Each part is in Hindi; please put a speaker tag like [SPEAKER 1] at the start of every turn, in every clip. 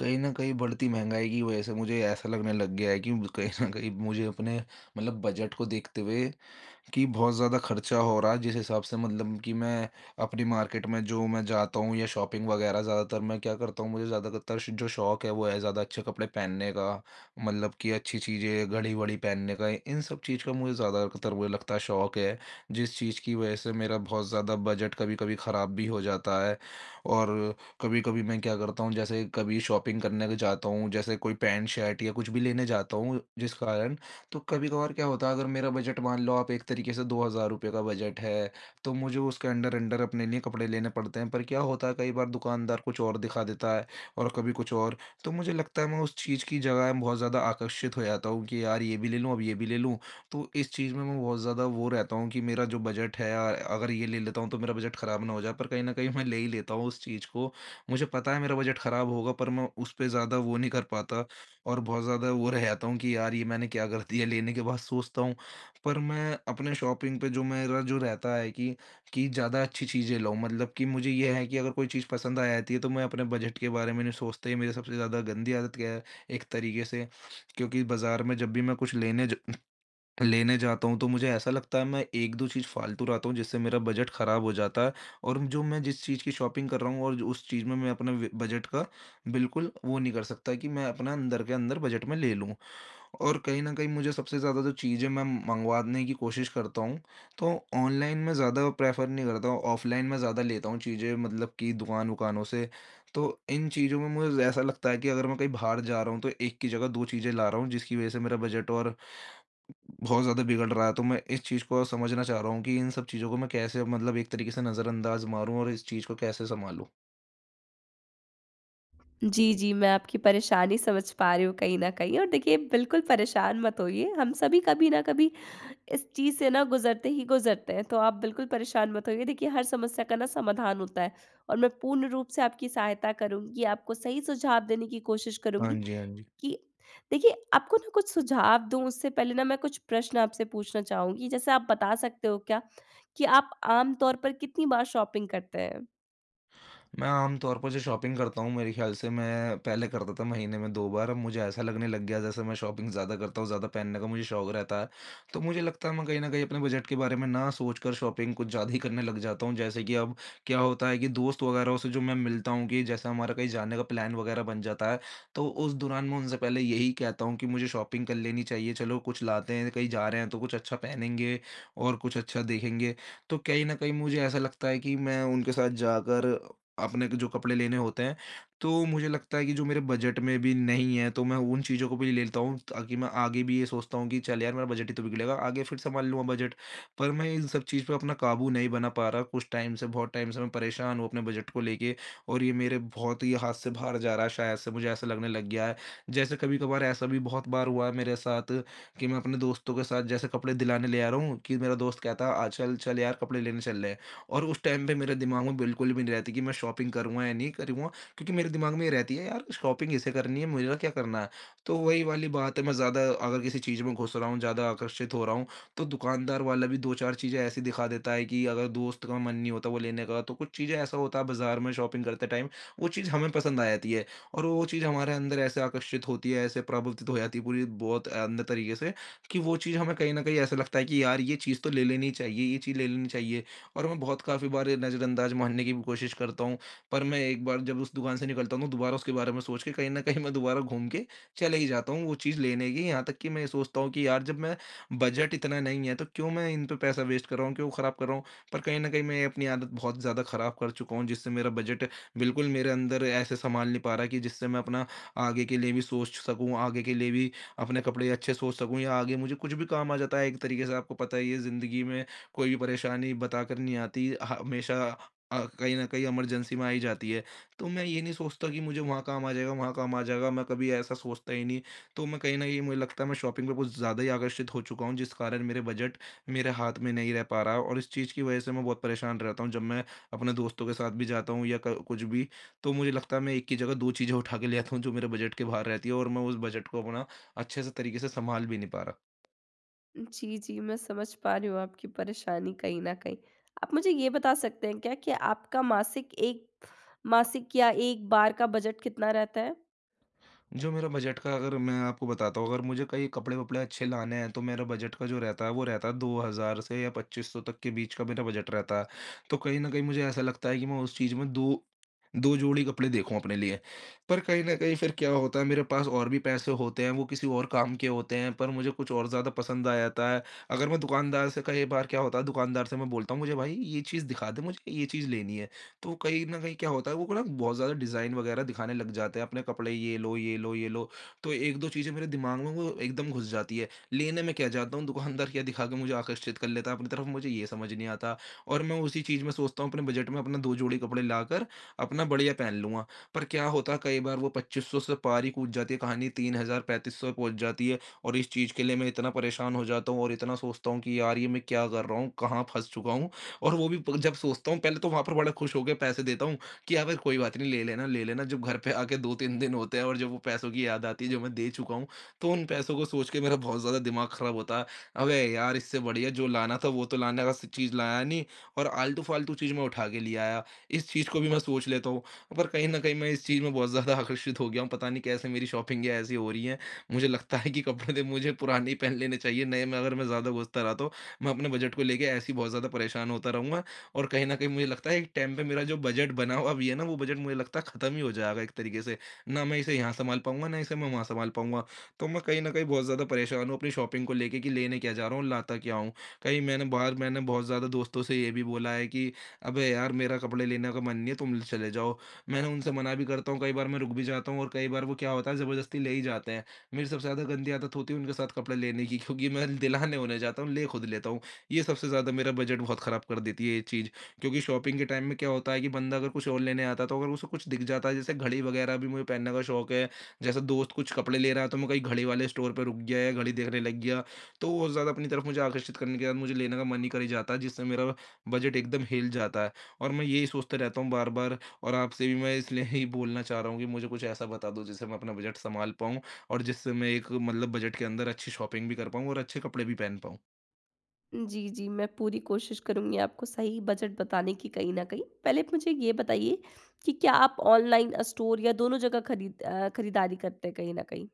[SPEAKER 1] कहीं न कहीं बढ़ती महँगाई की वजह से मुझे ऐसा लगने लग गया है कि कहीं न कहीं मुझे अपने, मतलब बजट को देखते हुए, कि बहुत ज़्यादा खर्चा हो रहा है जिस हिसाब से। मतलब कि मैं अपनी मार्केट में जो मैं जाता हूँ या शॉपिंग वगैरह, ज़्यादातर मैं क्या करता हूँ, मुझे ज़्यादातर जो शौक है वो है ज़्यादा अच्छे कपड़े पहनने का। मतलब कि अच्छी चीज़ें, घड़ी वड़ी पहनने का, इन सब चीज़ का मुझे ज़्यादातर, मुझे लगता है, शौक है। जिस चीज़ की वजह से मेरा बहुत ज़्यादा बजट कभी कभी ख़राब भी हो जाता है। और कभी कभी मैं क्या करता हूँ, जैसे कभी शॉपिंग करने जाता हूँ, जैसे कोई पैंट शर्ट या कुछ भी लेने जाता हूँ, जिस कारण तो कभी-कभार क्या होता है, अगर मेरा बजट, मान लो आप एक तरीके से ₹2000 का बजट है, तो मुझे उसके अंडर-अंडर अपने लिए कपड़े लेने पड़ते हैं। पर क्या होता है, कई बार दुकानदार कुछ और दिखा देता है और कभी कुछ और। तो मुझे लगता है मैं उस चीज़ की जगह में बहुत ज़्यादा आकर्षित हो जाता हूँ कि यार ये भी ले लूँ, अब ये भी ले लूँ। तो इस चीज़ में मैं बहुत ज़्यादा वो रहता हूँ कि मेरा जो बजट है अगर ये ले लेता हूँ तो मेरा बजट ख़राब ना हो जाए। पर कहीं न कहीं मैं ले ही लेता हूँ उस चीज़ को। मुझे पता है मेरा बजट ख़राब होगा, पर मैं उस पे ज़्यादा वो नहीं कर पाता। और बहुत ज़्यादा वो रह जाता हूँ कि यार ये मैंने क्या कर दिया, लेने के बाद सोचता हूँ। पर मैं अपने शॉपिंग पे जो मेरा जो रहता है कि ज़्यादा अच्छी चीज़ें लाऊँ, मतलब कि मुझे ये है कि अगर कोई चीज़ पसंद आ जाती है तो मैं अपने बजट के बारे में नहीं सोचता। ये मेरी सबसे ज़्यादा गंदी आदत क्या है, एक तरीके से। क्योंकि बाज़ार में जब भी मैं कुछ लेने जाता हूँ, तो मुझे ऐसा लगता है मैं 1-2 चीज़ फ़ालतू लाता हूँ जिससे मेरा बजट ख़राब हो जाता है। और जो मैं जिस चीज़ की शॉपिंग कर रहा हूँ, और जो उस चीज़ में मैं अपने व बजट का बिल्कुल वो नहीं कर सकता कि मैं अपना अंदर के अंदर बजट में ले लूँ। और कहीं न कहीं मुझे सबसे ज़्यादा जो चीज़ें मैं मँगवाने की कोशिश करता हूँ, तो ऑनलाइन मैं ज़्यादा प्रेफ़र नहीं करता हूँ, ऑफ़लाइन मैं ज़्यादा लेता हूँ चीज़ें, मतलब कि दुकान-वुकानों से। तो इन चीज़ों में मुझे ऐसा लगता है कि अगर मैं कहीं बाहर जा रहा हूँ, तो एक की जगह 2 चीज़ें ला रहा हूँ, जिसकी वज़ह से मेरा बजट और बहुत ज़्यादा बिगड़ रहा है। तो मैं इस चीज़ को समझना चाह रहा हूँ कि इन सब चीज़ों को मैं कैसे, मतलब एक तरीके से नज़रअंदाज़ मारूँ, और इस चीज़ को कैसे सँभालूँ?
[SPEAKER 2] जी, जी, मैं आपकी परेशानी समझ पा रही हूँ कहीं न कहीं। और देखिए बिल्कुल परेशान मत होइए, हम सभी कभी न कभी इस चीज़ से ना गुज़रते ही गुज़रते हैं, तो आप बिल्कुल परेशान मत होइए। देखिए हर समस्या का ना समाधान होता है और मैं पूर्ण रूप से आपकी सहायता करूँगी, आपको सही सुझाव देने की कोशिश
[SPEAKER 1] हाँ
[SPEAKER 2] करूँगी
[SPEAKER 1] जी, हाँ जी।
[SPEAKER 2] कि देखिए आपको ना कुछ सुझाव दूँ उससे पहले ना मैं कुछ प्रश्न आपसे पूछना चाहूँगी। जैसे आप बता सकते हो क्या कि आप आम तौर पर कितनी बार शॉपिंग करते हैं?
[SPEAKER 1] मैं आमतौर पर जो शॉपिंग करता हूँ, मेरे ख्याल से मैं पहले करता था महीने में 2 बार। अब मुझे ऐसा लगने लग गया जैसे मैं शॉपिंग ज़्यादा करता हूँ, ज़्यादा पहनने का मुझे शौक रहता है। तो मुझे लगता है मैं कहीं न कहीं अपने बजट के बारे में ना सोचकर शॉपिंग कुछ ज़्यादा ही करने लग जाता हूँ। जैसे कि अब क्या होता है कि दोस्त वगैरह से जो मैं मिलता हूँ, कि जैसे हमारा कहीं जाने का प्लान वगैरह बन जाता है, तो उस दौरान मैं उनसे पहले यही कहता हूँ कि मुझे शॉपिंग कर लेनी चाहिए, चलो कुछ लाते हैं, कहीं जा रहे हैं तो कुछ अच्छा पहनेंगे और कुछ अच्छा देखेंगे। तो कहीं न कहीं मुझे ऐसा लगता है कि मैं उनके साथ जाकर अपने को जो कपड़े लेने होते हैं, तो मुझे लगता है कि जो मेरे बजट में भी नहीं है, तो मैं उन चीज़ों को भी ले लेता हूँ, ताकि मैं आगे भी ये सोचता हूँ कि चल यार मेरा बजट ही तो बिगड़ेगा, आगे फिर संभाल लूँगा बजट। पर मैं इन सब चीज़ पे अपना काबू नहीं बना पा रहा कुछ टाइम से, बहुत टाइम से मैं परेशान हूँ अपने बजट को लेके, और ये मेरे बहुत ही हाथ से बाहर जा रहा है शायद से, मुझे ऐसा लगने लग गया है। जैसे कभी-कभार ऐसा भी बहुत बार हुआ है मेरे साथ कि मैं अपने दोस्तों के साथ जैसे कपड़े दिलाने ले आ रहा हूँ, कि मेरा दोस्त कहता है, "आ, चल, चल यार कपड़े लेने चल रहे हैं।" और उस टाइम पे मेरे दिमाग में बिल्कुल भी नहीं रहती कि मैं शॉपिंग करूँगा या नहीं करूँगा, क्योंकि मेरे दिमाग में ये रहती है यार शॉपिंग इसे करनी है, मेरा क्या करना है। तो वही वाली बात है, मैं ज़्यादा अगर किसी चीज़ में घुस रहा हूँ, ज़्यादा आकर्षित हो रहा हूँ, तो दुकानदार वाला भी दो चार चीज़ें ऐसी दिखा देता है कि अगर दोस्त का मन नहीं होता वो लेने का, तो कुछ चीज़ें ऐसा होता है, बाजार में शॉपिंग करते टाइम वो चीज़ हमें पसंद आ जाती है। और वो चीज़ हमारे अंदर ऐसे आकर्षित होती है, ऐसे प्रभावित हो जाती है पूरी, बहुत अंदर तरीके से, कि वो चीज़ हमें कहीं ना कहीं ऐसा लगता है कि यार ये चीज़ तो ले लेनी चाहिए, ये चीज़ ले लेनी चाहिए। और मैं बहुत काफ़ी बार नज़रअंदाज मानने की भी कोशिश करता हूँ, पर मैं एक बार जब उस दुकान से निकलता हूँ, तो दोबारा उसके बारे में सोच के कहीं न कहीं मैं दोबारा घूम के चले ही जाता हूँ वो चीज़ लेने की। यहाँ तक कि मैं ये सोचता हूँ कि यार जब मैं, बजट इतना नहीं है, तो क्यों मैं इन पे पैसा वेस्ट कर रहा हूँ, क्यों खराब कर रहा हूँ? पर कहीं न कहीं मैं अपनी आदत बहुत ज़्यादा खराब कर चुका हूँ, जिससे मेरा बजट बिल्कुल मेरे अंदर ऐसे सँभाल नहीं पा रहा है, कि जिससे मैं अपना आगे के लिए भी सोच सकूँ, आगे के लिए भी अपने कपड़े अच्छे सोच सकूँ, या आगे मुझे कुछ भी काम आ जाता है। एक तरीके से आपको पता ही है, ज़िंदगी में कोई भी परेशानी बताकर नहीं आती, हमेशा कहीं न कहीं इमरजेंसी में आ ही जाती है। तो मैं ये नहीं सोचता कि मुझे वहाँ काम आ जाएगा, वहाँ काम आ जाएगा, मैं कभी ऐसा सोचता ही नहीं। तो मैं कहीं न कहीं, मुझे लगता है, मैं शॉपिंग पे कुछ ज़्यादा ही आकर्षित हो चुका हूँ, जिस कारण मेरे बजट मेरे हाथ में नहीं रह पा रहा, और इस चीज़ की वजह से मैं बहुत परेशान रहता हूँ। जब मैं अपने दोस्तों के साथ भी जाता हूँ या क कुछ भी, तो मुझे लगता है मैं एक की जगह 2 चीज़ें उठा के ले आता हूँ, जो मेरे बजट के बाहर रहती है, और मैं उस बजट को अपना अच्छे से तरीके से सँभाल भी नहीं पा रहा।
[SPEAKER 2] जी, जी, मैं समझ पा रही हूँ आपकी परेशानी कहीं न कहीं। आप मुझे ये बता सकते हैं क्या कि आपका मासिक एक मासिक या 1 बार का बजट कितना रहता है?
[SPEAKER 1] जो मेरा बजट का, अगर मैं आपको बताता हूँ, अगर मुझे कहीं कपड़े-वपड़े अच्छे लाने हैं, तो मेरा बजट का जो रहता है, वो रहता है 2000 से या 2500 तक के बीच का मेरा बजट रहता है। तो कहीं न कहीं मुझे ऐसा लगता है कि मैं उस चीज़ में दो 2 जोड़ी कपड़े देखूँ अपने लिए। पर कहीं न कहीं फिर क्या होता है, मेरे पास और भी पैसे होते हैं, वो किसी और काम के होते हैं, पर मुझे कुछ और ज़्यादा पसंद आ जाता है। अगर मैं दुकानदार से, कई बार क्या होता है, दुकानदार से मैं बोलता हूँ मुझे भाई ये चीज़ दिखा दे, मुझे ये चीज़ लेनी है। तो कहीं न कहीं क्या होता है, वो ना बहुत ज़्यादा डिज़ाइन वगैरह दिखाने लग जाते हैं अपने कपड़े, ये लो, ये लो, ये लो। तो 1-2 चीज़ें मेरे दिमाग में वो एकदम घुस जाती है। लेने में क्या जाता हूँ, दुकानदार क्या दिखा के मुझे आकर्षित कर लेता है अपनी तरफ, मुझे ये समझ नहीं आता। और मैं उसी चीज़ में सोचता हूँ अपने बजट में अपना 2 जोड़ी कपड़े लाकर अपना बढ़िया पहन लूँगा। पर क्या होता है, कई बार वो 2500 से पार ही कूद जाती है, कहानी 3000-3500 पहुँच जाती है, और इस चीज़ के लिए मैं इतना परेशान हो जाता हूँ और इतना सोचता हूँ कि यार ये मैं क्या कर रहा हूँ? कहाँ फँस चुका हूँ? और वो भी प जब सोचता हूँ पहले, तो वहाँ पर बड़ा खुश होके पैसे देता हूँ कि यार भाई कोई बात नहीं, ले लेना, ले लेना। जब घर पे आके 2-3 दिन होते हैं और जब वो पैसों की याद आती है जो मैं दे चुका हूँ, तो उन पैसों को सोच के मेरा बहुत ज़्यादा दिमाग खराब होता है। अबे यार इससे बढ़िया जो लाना था वो तो लाने का, स चीज़ लाया नहीं और आलतू-फालतू चीज़ मैं उठा के ले आया। इस चीज़ को भी मैं सोच लेता हूँ। पर कहीं न कहीं मैं इस चीज़ में बहुत ज़्यादा आकर्षित हो गया हूँ, पता नहीं कैसे मेरी शॉपिंग ही ऐसी हो रही है। मुझे लगता है कि कपड़े तो मुझे पुराने ही पहन लेने चाहिए, नए में अगर मैं ज़्यादा घुसता रहा तो मैं अपने बजट को लेके ऐसे ही बहुत ज़्यादा परेशान होता रहूँगा। और कहीं न कहीं मुझे लगता है, एक टाइम पे मेरा जो बजट बना हुआ भी है ना, वो बजट मुझे लगता है ख़त्म ही हो जाएगा एक तरीके से। ना मैं इसे यहाँ सँभाल पाऊँगा, ना इसे मैं वहाँ सँभाल पाऊँगा। तो मैं कहीं न कहीं बहुत ज़्यादा परेशान हूँ अपनी शॉपिंग को लेके, कि लेने क्या जा रहा हूँ, लाता क्या हूँ? कहीं मैंने बाहर, मैंने बहुत ज़्यादा दोस्तों से ये भी बोला है कि अबे यार, मेरा कपड़े लेने का मन नहीं है, तुम चले जाओ। मैंने उनसे मना भी करता हूँ, कई बार मैं रुक भी जाता हूँ और कई बार वो क्या होता है, ज़बरदस्ती ले ही जाते हैं। मेरी सबसे ज़्यादा गंदी आदत होती है उनके साथ कपड़े लेने की, क्योंकि मैं दिलाने उन्हें जाता हूँ, ले खुद लेता हूँ। ये सबसे ज़्यादा मेरा बजट बहुत ख़राब कर देती है ये चीज़। क्योंकि शॉपिंग के टाइम में क्या होता है कि बंदा अगर कुछ और लेने आता है, तो अगर उसे कुछ दिख जाता है, जैसे घड़ी वगैरह भी मुझे पहनने का शौक है। जैसे दोस्त कुछ कपड़े ले रहा है, तो मैं कहीं घड़ी वाले स्टोर पर रुक गया या घड़ी देखने लग गया, तो वो ज़्यादा अपनी तरफ मुझे आकर्षित करने के बाद मुझे लेने का मन नहीं कर ही जाता, जिससे मेरा बजट एकदम हिल जाता है। और मैं यही सोचते रहता हूँ बार-बार। और आपसे भी मैं इसलिए ही बोलना चाह रहा हूँ कि मुझे कुछ ऐसा बता दो, जिससे मैं अपना बजट सँभाल पाऊँ और जिससे मैं एक मतलब बजट के अंदर अच्छी शॉपिंग भी कर पाऊँ और अच्छे कपड़े भी पहन पाऊँ।
[SPEAKER 2] जी, जी, मैं पूरी कोशिश करूँगी आपको सही बजट बताने की कहीं न कहीं। पहले आप मुझे ये बताइए कि क्या आप ऑनलाइन स्टोर या दोनों जगह खरीदारी करते हैं कहीं न कहीं?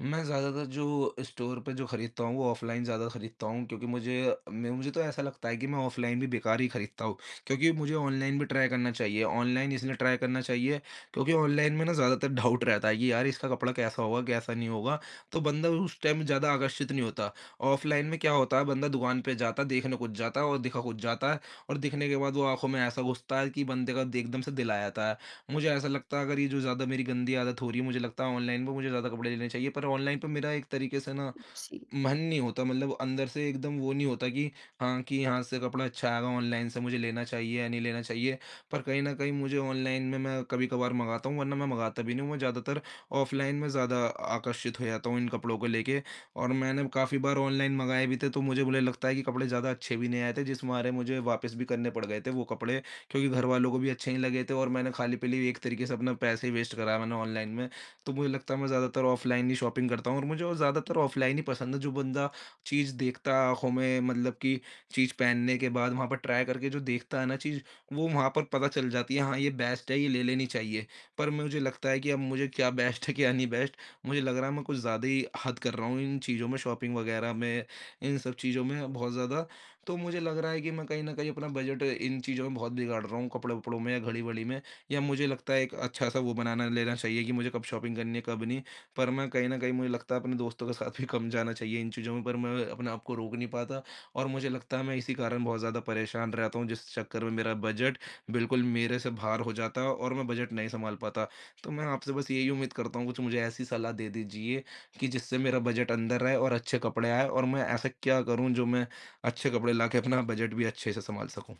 [SPEAKER 1] मैं ज़्यादातर जो स्टोर पे जो खरीदता हूँ, वो ऑफ़लाइन ज़्यादा खरीदता हूँ, क्योंकि मुझे मैं मुझे तो ऐसा लगता है कि मैं ऑफ़लाइन भी बेकार ही खरीदता हूँ, क्योंकि मुझे ऑनलाइन भी ट्राई करना चाहिए। ऑनलाइन इसलिए ट्राई करना चाहिए क्योंकि ऑनलाइन में ना ज़्यादातर डाउट रहता है कि यार इसका कपड़ा कैसा होगा, कैसा नहीं होगा, तो बंदा उस टाइम ज़्यादा आकर्षित नहीं होता। ऑफ़लाइन में क्या होता है, बंदा दुकान पे जाता है, देखने कुछ जाता है और दिखा कुछ जाता है और दिखने के बाद वो आँखों में ऐसा घुसता है कि बंदे का एकदम से दिल आ जाता है। मुझे ऐसा लगता है, अगर ये जो ज़्यादा मेरी गंदी आदत हो रही है, मुझे लगता है ऑनलाइन पे मुझे ज़्यादा कपड़े लेने चाहिए, पर ऑनलाइन पे मेरा एक तरीके से ना
[SPEAKER 2] जी।
[SPEAKER 1] मन नहीं होता, मतलब अंदर से एकदम वो नहीं होता कि हाँ, कि यहाँ से कपड़ा अच्छा आएगा, ऑनलाइन से मुझे लेना चाहिए या नहीं लेना चाहिए। पर कहीं न कहीं मुझे ऑनलाइन में मैं कभी-कभार मँगाता हूँ, वरना मैं मँगाता भी नहीं हूँ। मैं ज़्यादातर ऑफ़लाइन में ज़्यादा आकर्षित हो जाता हूँ इन कपड़ों को लेके और मैंने काफ़ी बार ऑनलाइन मँगाए भी थे, तो मुझे मुझे लगता है कि कपड़े ज़्यादा अच्छे भी नहीं आए थे, जिस मारे मुझे वापस भी करने पड़ गए थे वो कपड़े, क्योंकि घरवालों को भी अच्छे नहीं लगे थे और मैंने खाली-पीली एक तरीके से अपना पैसे ही वेस्ट करा मैंने ऑनलाइन में। तो मुझे लगता है मैं ज़्यादातर ऑफ़लाइन ही शॉपिंग करता हूँ और मुझे वो ज़्यादातर ऑफ़लाइन ही पसंद है, जो बंदा चीज़ देखता आँखों में, मतलब कि चीज़ पहनने के बाद वहाँ पर ट्राई करके जो देखता है ना चीज़, वो वहाँ पर पता चल जाती है, हाँ, ये बेस्ट है, ये ले लेनी चाहिए। पर मुझे लगता है कि अब मुझे क्या बेस्ट है, क्या नहीं बेस्ट, मुझे लग रहा है मैं कुछ ज़्यादा ही हद कर रहा हूँ इन चीज़ों में, शॉपिंग वग़ैरह में, इन सब चीज़ों में बहुत ज़्यादा। तो मुझे लग रहा है कि मैं कहीं न कहीं अपना बजट इन चीज़ों में बहुत बिगाड़ रहा हूँ, कपड़े-वपड़ों में या घड़ी-वड़ी में। या मुझे लगता है एक अच्छा-सा वो बनाना लेना चाहिए कि मुझे कब शॉपिंग करनी है, कब नहीं। पर मैं कहीं न कहीं मुझे लगता है अपने दोस्तों के साथ भी कम जाना चाहिए इन चीज़ों में, पर मैं अपने आप को रोक नहीं पाता और मुझे लगता है मैं इसी कारण बहुत ज़्यादा परेशान रहता हूँ, जिस चक्कर में मेरा बजट बिल्कुल मेरे से बाहर हो जाता है और मैं बजट नहीं सँभाल पाता। तो मैं आपसे बस यही उम्मीद करता हूँ, कुछ मुझे ऐसी सलाह दे दीजिए कि जिससे मेरा बजट अंदर रहे और अच्छे कपड़े आएँ और मैं ऐसा क्या करूँ, जो मैं अच्छे कपड़े लाके अपना बजट भी अच्छे से सँभाल सकूँ?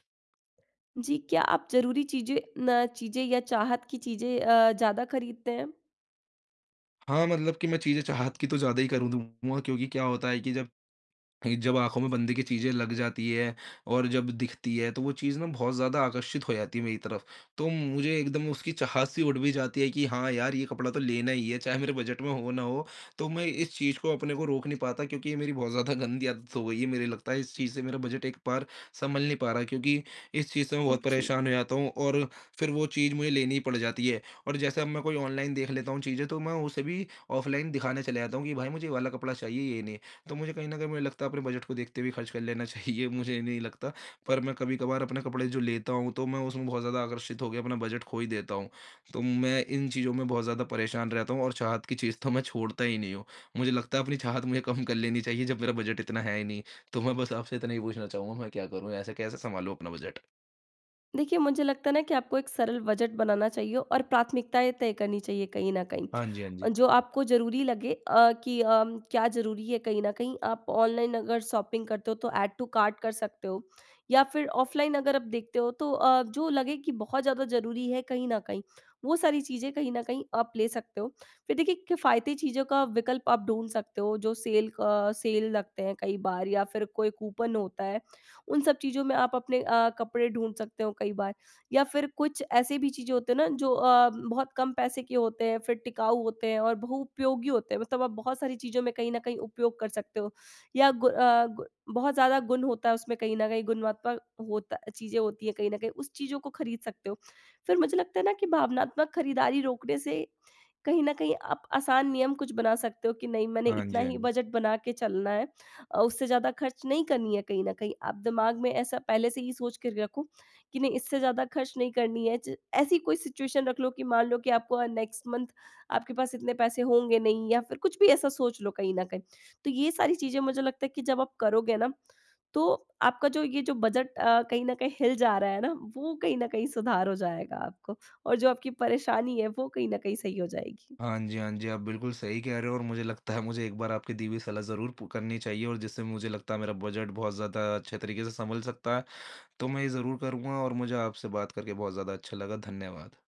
[SPEAKER 2] जी, क्या आप ज़रूरी चीज़ें न चीज़ें या चाहत की चीज़ें ज़्यादा खरीदते हैं?
[SPEAKER 1] हाँ, मतलब कि मैं चीज़ें चाहत की तो ज़्यादा ही कर दूँगा, क्योंकि क्या होता है कि जब ये जब आँखों में बंदे की चीज़ें लग जाती है और जब दिखती है, तो वो चीज़ ना बहुत ज़्यादा आकर्षित हो जाती है मेरी तरफ। तो मुझे एकदम उसकी चाहत सी उठ भी जाती है कि हाँ यार, ये कपड़ा तो लेना ही है, चाहे मेरे बजट में हो ना हो। तो मैं इस चीज़ को अपने को रोक नहीं पाता, क्योंकि ये मेरी बहुत ज़्यादा गंदी आदत हो गई है। मेरे लगता है इस चीज़ से मेरा बजट एक बार संभल नहीं पा रहा, क्योंकि इस चीज़ से मैं बहुत
[SPEAKER 2] जी।
[SPEAKER 1] परेशान हो जाता हूँ और फिर वो चीज़ मुझे लेनी ही पड़ जाती है। और जैसे अब मैं कोई ऑनलाइन देख लेता हूँ चीज़ें, तो मैं उसे भी ऑफ़लाइन दिखाने चले जाता हूँ कि भाई मुझे ये वाला कपड़ा चाहिए, ये नहीं है। तो मुझे कहीं न कहीं मुझे लगता है अपने बजट को देखते हुए खर्च कर लेना चाहिए, मुझे नहीं लगता। पर मैं कभी-कभार अपने कपड़े जो लेता हूँ, तो मैं उसमें बहुत ज़्यादा आकर्षित हो के अपना बजट खो ही देता हूँ। तो मैं इन चीज़ों में बहुत ज़्यादा परेशान रहता हूँ और चाहत की चीज़ तो मैं छोड़ता ही नहीं हूँ। मुझे लगता है अपनी चाहत मुझे कम कर लेनी चाहिए, जब मेरा बजट इतना है ही नहीं। तो मैं बस आपसे इतना ही पूछना चाहूँगा, मैं क्या करूँ? ऐसे कैसे सँभालूँ अपना बजट?
[SPEAKER 2] देखिए, मुझे लगता है ना कि आपको एक सरल बजट बनाना चाहिए और प्राथमिकताएँ तय करनी चाहिए कहीं न कहीं।
[SPEAKER 1] हाँ जी, हाँ
[SPEAKER 2] और
[SPEAKER 1] जी।
[SPEAKER 2] जो आपको ज़रूरी लगे क्या ज़रूरी है कहीं न कहीं, आप ऑनलाइन अगर शॉपिंग करते हो तो ऐड टू कार्ट कर सकते हो या फिर ऑफ़लाइन अगर आप देखते हो तो जो लगे कि बहुत ज़्यादा ज़रूरी है कहीं न कहीं, वो सारी चीज़ें कहीं न कहीं आप ले सकते हो। फिर देखिए किफ़ायती चीज़ों का विकल्प आप ढूँढ सकते हो, जो सेल लगते हैं कई बार या फिर कोई कूपन होता है, उन सब चीज़ों में आप अपने कपड़े ढूँढ सकते हो कई बार। या फिर कुछ ऐसे भी चीज़ें होती हैं ना जो बहुत कम पैसे के होते हैं, फिर टिकाऊ होते हैं और बहुउपयोगी होते हैं। मतलब आप बहुत सारी चीज़ों में कहीं न कहीं उपयोग कर सकते हो या गु अ, गु बहुत ज़्यादा गुण होता है उसमें कहीं न कहीं, गुणात्मक होता चीज़ें होती हैं कहीं न कहीं, उस चीज़ों को खरीद सकते हो। फिर मुझे लगता है ना कि भावनात्मक खरीदारी रोकने से कहीं न कहीं आप आसान नियम कुछ बना सकते हो कि नहीं, मैंने
[SPEAKER 1] हाँ
[SPEAKER 2] इतना
[SPEAKER 1] जी, हाँ
[SPEAKER 2] ही
[SPEAKER 1] जी।
[SPEAKER 2] बजट बना के चलना है। उससे ज़्यादा खर्च नहीं करनी है कहीं न कहीं। आप दिमाग में ऐसा पहले से ही सोच के रखो कि नहीं, इससे ज़्यादा खर्च नहीं करनी है। ज ऐसी कोई सिचुएशन रख लो कि मान लो कि आपको नेक्स्ट मंथ आपके पास इतने पैसे होंगे नहीं या फिर कुछ भी ऐसा सोच लो कहीं न कहीं। तो ये सारी चीज़ें मुझे लगता है कि जब आप करोगे ना, तो आपका जो ये जो बजट कहीं न कहीं हिल जा रहा है ना, वो कहीं न कहीं सुधार हो जाएगा आपको और जो आपकी परेशानी है वो कहीं न कहीं सही हो जाएगी।
[SPEAKER 1] हाँ जी, हाँ जी, आप बिल्कुल सही कह रहे हो और मुझे लगता है मुझे एक बार आपकी दी हुई सलाह ज़रूर पू करनी चाहिए और जिससे मुझे लगता है मेरा बजट बहुत ज़्यादा अच्छे तरीके से संभल सकता है। तो मैं ये ज़रूर करूँगा और मुझे आपसे बात करके बहुत ज़्यादा अच्छा लगा। धन्यवाद।